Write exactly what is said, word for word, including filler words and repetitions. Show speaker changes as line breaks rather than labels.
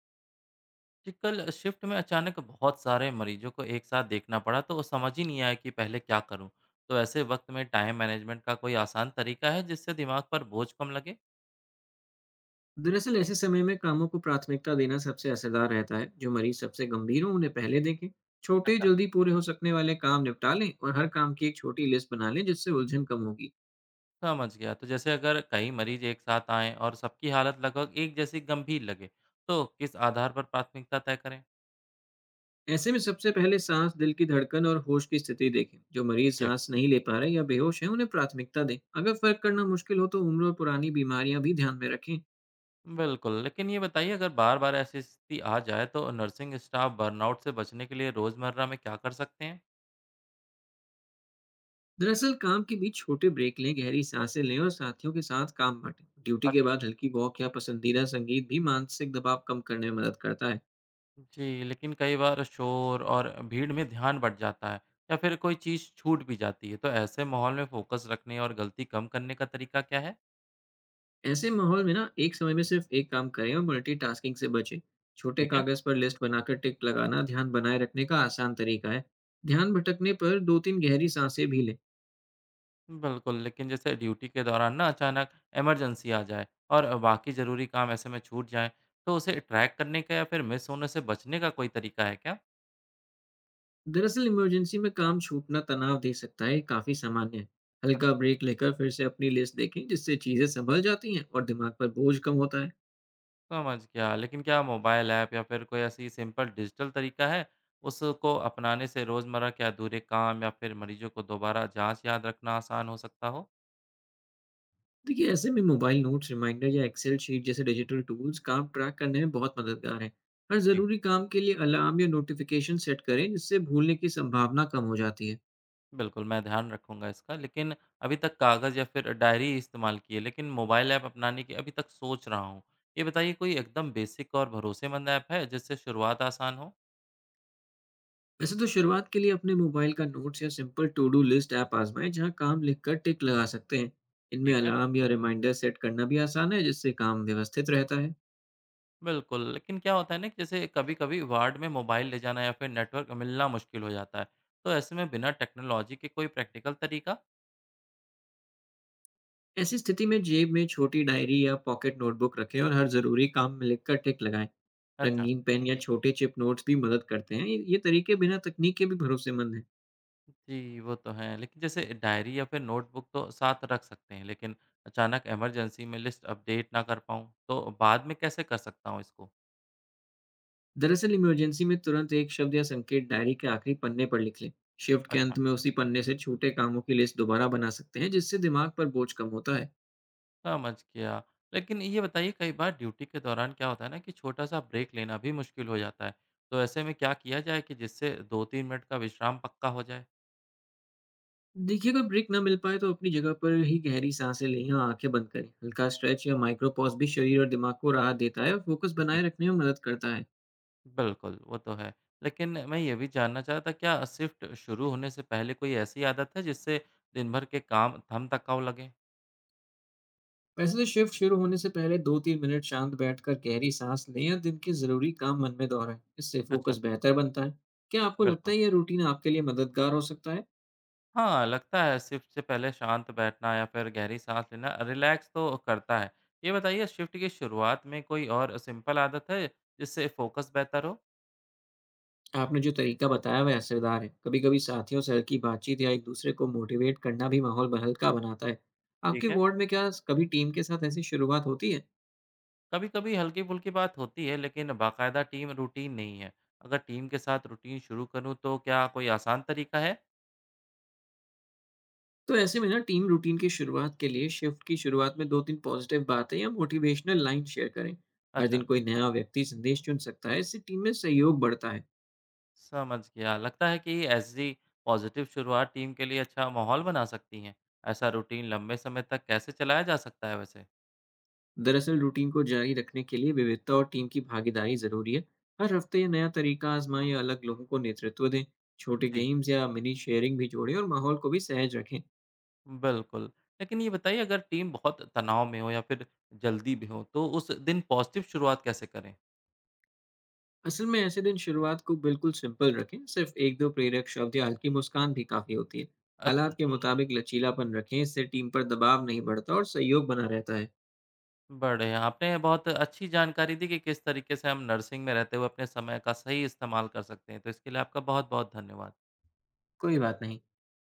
जी, कल शिफ्ट में अचानक बहुत सारे मरीजों को एक साथ देखना पड़ा तो समझ ही नहीं आया कि पहले क्या करूं। तो ऐसे वक्त में टाइम मैनेजमेंट का कोई आसान तरीका है जिससे दिमाग पर बोझ कम लगे।
दरअसल ऐसे समय में कामों को प्राथमिकता देना सबसे असरदार रहता है। जो मरीज सबसे गंभीर हो उन्हें पहले देखें। छोटे
अच्छा,
जल्दी पूरे हो सकने वाले काम निपटा लें और हर काम की एक छोटी लिस्ट बना लें जिससे उलझन कम होगी।
समझ गया। तो जैसे अगर कई मरीज एक साथ आएं और सबकी हालत लगभग एक जैसी गंभीर लगे तो किस आधार पर प्राथमिकता तय करें।
ऐसे में सबसे पहले सांस, दिल की धड़कन और होश की स्थिति देखें। जो मरीज
जी,
सांस नहीं ले पा रहे या बेहोश हैं उन्हें प्राथमिकता दें। अगर फर्क करना मुश्किल हो तो उम्र और पुरानी बीमारियां भी ध्यान में रखें।
बिल्कुल। लेकिन ये बताइए अगर बार बार ऐसी स्थिति आ जाए तो नर्सिंग स्टाफ बर्नआउट से बचने के लिए रोजमर्रा में क्या कर सकते हैं।
दरअसल काम के बीच छोटे ब्रेक लें, गहरी सांसें लें और साथियों के साथ काम बांटें। ड्यूटी के बाद हल्की वॉक या पसंदीदा संगीत भी मानसिक दबाव कम करने में मदद करता है।
जी, लेकिन कई बार शोर और भीड़ में ध्यान बट जाता है या फिर कोई चीज़ छूट भी जाती है, तो ऐसे माहौल में फोकस रखने और गलती कम करने का तरीका क्या है?
ऐसे माहौल में ना एक समय में सिर्फ एक काम करें और मल्टीटास्किंग से बचें। छोटे
ठीक है।
कागज पर लिस्ट बनाकर टिक लगाना ध्यान बनाए रखने का आसान तरीका है। ध्यान भटकने पर दो तीन गहरी सांसें भी लें।
बिल्कुल, लेकिन जैसे ड्यूटी के दौरान ना अचानक इमरजेंसी आ जाए और बाकी ज़रूरी काम ऐसे में छूट जाएँ, तो उसे ट्रैक करने का या फिर मिस होने से बचने का कोई तरीका है क्या?
दरअसल इमरजेंसी में काम छूटना तनाव दे सकता है, ये काफी सामान्य है। हल्का
अच्छा,
ब्रेक लेकर फिर से अपनी लिस्ट देखें, जिससे चीजें संभल जाती हैं और दिमाग पर बोझ कम होता है।
समझ गया। लेकिन क्या मोबाइल ऐप या फिर कोई ऐसी सिंपल डिजिटल तरीका है, उसको अपनाने से रोज़मर्रा के अधूरे काम या फिर मरीजों को दोबारा जांच याद रखना आसान हो सकता हो?
देखिए, ऐसे में मोबाइल नोट्स, रिमाइंडर या एक्सेल शीट जैसे डिजिटल टूल्स काम ट्रैक करने में बहुत मददगार हैं। हर
जी,
ज़रूरी काम के लिए अलार्म या नोटिफ़िकेशन सेट करें, जिससे भूलने की संभावना कम हो जाती है।
बिल्कुल मैं ध्यान रखूँगा इसका। लेकिन अभी तक कागज़ या फिर डायरी इस्तेमाल की है, लेकिन मोबाइल ऐप अपनाने की अभी तक सोच रहा हूँ। ये बताइए कोई एकदम बेसिक और भरोसेमंद ऐप है जिससे शुरुआत आसान हो?
वैसे तो शुरुआत के लिए अपने मोबाइल का नोट्स या simple to do list app आजमाएं, जहां काम लिखकर टिक लगा सकते हैं। इनमें
ठीक है,
अलार्म या रिमाइंडर सेट करना भी आसान है, जिससे काम व्यवस्थित रहता है।
बिल्कुल। लेकिन क्या होता है ना कि जैसे कभी-कभी वार्ड में मोबाइल ले जाना या फिर नेटवर्क मिलना मुश्किल हो जाता है। तो ऐसे में बिना टेक्नोलॉजी के कोई प्रैक्टिकल तरीका?
ऐसी स्थिति में जेब में छोटी डायरी या पॉकेट नोटबुक रखें और हर ज़रूरी काम में लिखकर टिक लगाएं।
अच्छा।
रंगीन पेन या छोटे चिप नोट्स भी मदद करते हैं। ये ये तरीके बिना तकनीक के भी भरोसेमंद हैं।
जी, वो तो है। लेकिन जैसे डायरी या फिर नोटबुक तो साथ रख सकते हैं, लेकिन अचानक इमरजेंसी में लिस्ट अपडेट ना कर पाऊँ, तो बाद में कैसे कर सकता हूँ इसको?
दरअसल इमरजेंसी में तुरंत एक शब्द या संकेत डायरी के आखिरी पन्ने पर लिख लें। शिफ्ट के
अच्छा,
अंत में उसी पन्ने से छोटे कामों की लिस्ट दोबारा बना सकते हैं, जिससे दिमाग पर बोझ कम होता है।
समझ गया। लेकिन ये बताइए, कई बार ड्यूटी के दौरान क्या होता है ना कि छोटा-सा ब्रेक लेना भी मुश्किल हो जाता है। तो ऐसे में क्या किया जाए कि जिससे दो तीन मिनट का विश्राम पक्का हो जाए?
देखिए, अगर ब्रेक ना मिल पाए तो अपनी जगह पर ही गहरी सांसें लें या आंखें बंद करें। हल्का स्ट्रेच या माइक्रो पॉज भी शरीर और दिमाग को राहत देता है और फोकस बनाए
जी,
रखने में मदद करता है।
बिल्कुल, वो तो है। लेकिन मैं ये भी जानना चाह रहा था, क्या शिफ्ट शुरू होने से पहले कोई ऐसी आदत है, जिससे दिन भर के काम थम-थकाऊ लगें?
वैसे तो शिफ्ट शुरू होने से पहले दो तीन मिनट शांत बैठकर गहरी सांस लें या दिन के जरूरी काम मन में दोहराएं। इससे
अच्छा,
फोकस बेहतर बनता है। क्या आपको लगता
बिल्कुल।
है यह रूटीन आपके लिए मददगार हो सकता है?
हाँ, लगता है शिफ्ट से पहले शांत बैठना या फिर गहरी साँस लेना रिलैक्स तो करता है। ये बताइए शिफ्ट की शुरुआत में कोई और सिंपल आदत है जिससे फोकस बेहतर हो?
आपने जो तरीका बताया वह असरदार है। कभी कभी साथियों से हल्की बातचीत या एक दूसरे को मोटिवेट करना भी माहौल ब- हल्का बनाता है। आपके
ठीक है।
वार्ड में क्या कभी टीम के साथ ऐसी शुरुआत होती है?
कभी-कभी हल्की-फुल्की बात होती है लेकिन बाकायदा टीम रूटीन नहीं है। अगर टीम के साथ रूटीन शुरू करूँ तो क्या कोई आसान तरीका है?
तो ऐसे में ना टीम रूटीन की शुरुआत के लिए शिफ्ट की शुरुआत में दो तीन पॉजिटिव बातें या मोटिवेशनल लाइन शेयर करें। हर
अच्छा,
दिन कोई नया व्यक्ति संदेश चुन सकता है, इससे टीम में सहयोग बढ़ता है।
समझ गया। लगता है कि ऐसी पॉजिटिव शुरुआत टीम के लिए अच्छा माहौल बना सकती है। ऐसा रूटीन लंबे समय तक कैसे चलाया जा सकता है वैसे?
दरअसल रूटीन को जारी रखने के लिए विविधता और टीम की भागीदारी जरूरी है। हर हफ्ते ये नया तरीका आजमाएं या अलग लोगों को नेतृत्व दें। छोटे
जी।
गेम्स या मिनी शेयरिंग भी जोड़ें और माहौल को भी सहज रखें।
बिल्कुल। लेकिन ये बताइए अगर टीम बहुत तनाव में हो या फिर जल्दी में हो, तो उस दिन पॉज़िटिव शुरुआत कैसे करें?
असल में ऐसे दिन शुरुआत को बिल्कुल सिंपल रखें। सिर्फ एक दो प्रेरक शब्द या हल्की मुस्कान भी काफ़ी होती है। हालात
अच्छा।
के मुताबिक लचीलापन रखें, इससे टीम पर दबाव नहीं बढ़ता और सहयोग बना रहता है।
बढ़िया, आपने बहुत अच्छी जानकारी दी कि किस तरीके से हम नर्सिंग में रहते हुए अपने समय का सही इस्तेमाल कर सकते हैं। तो इसके लिए आपका बहुत-बहुत धन्यवाद।
कोई बात नहीं।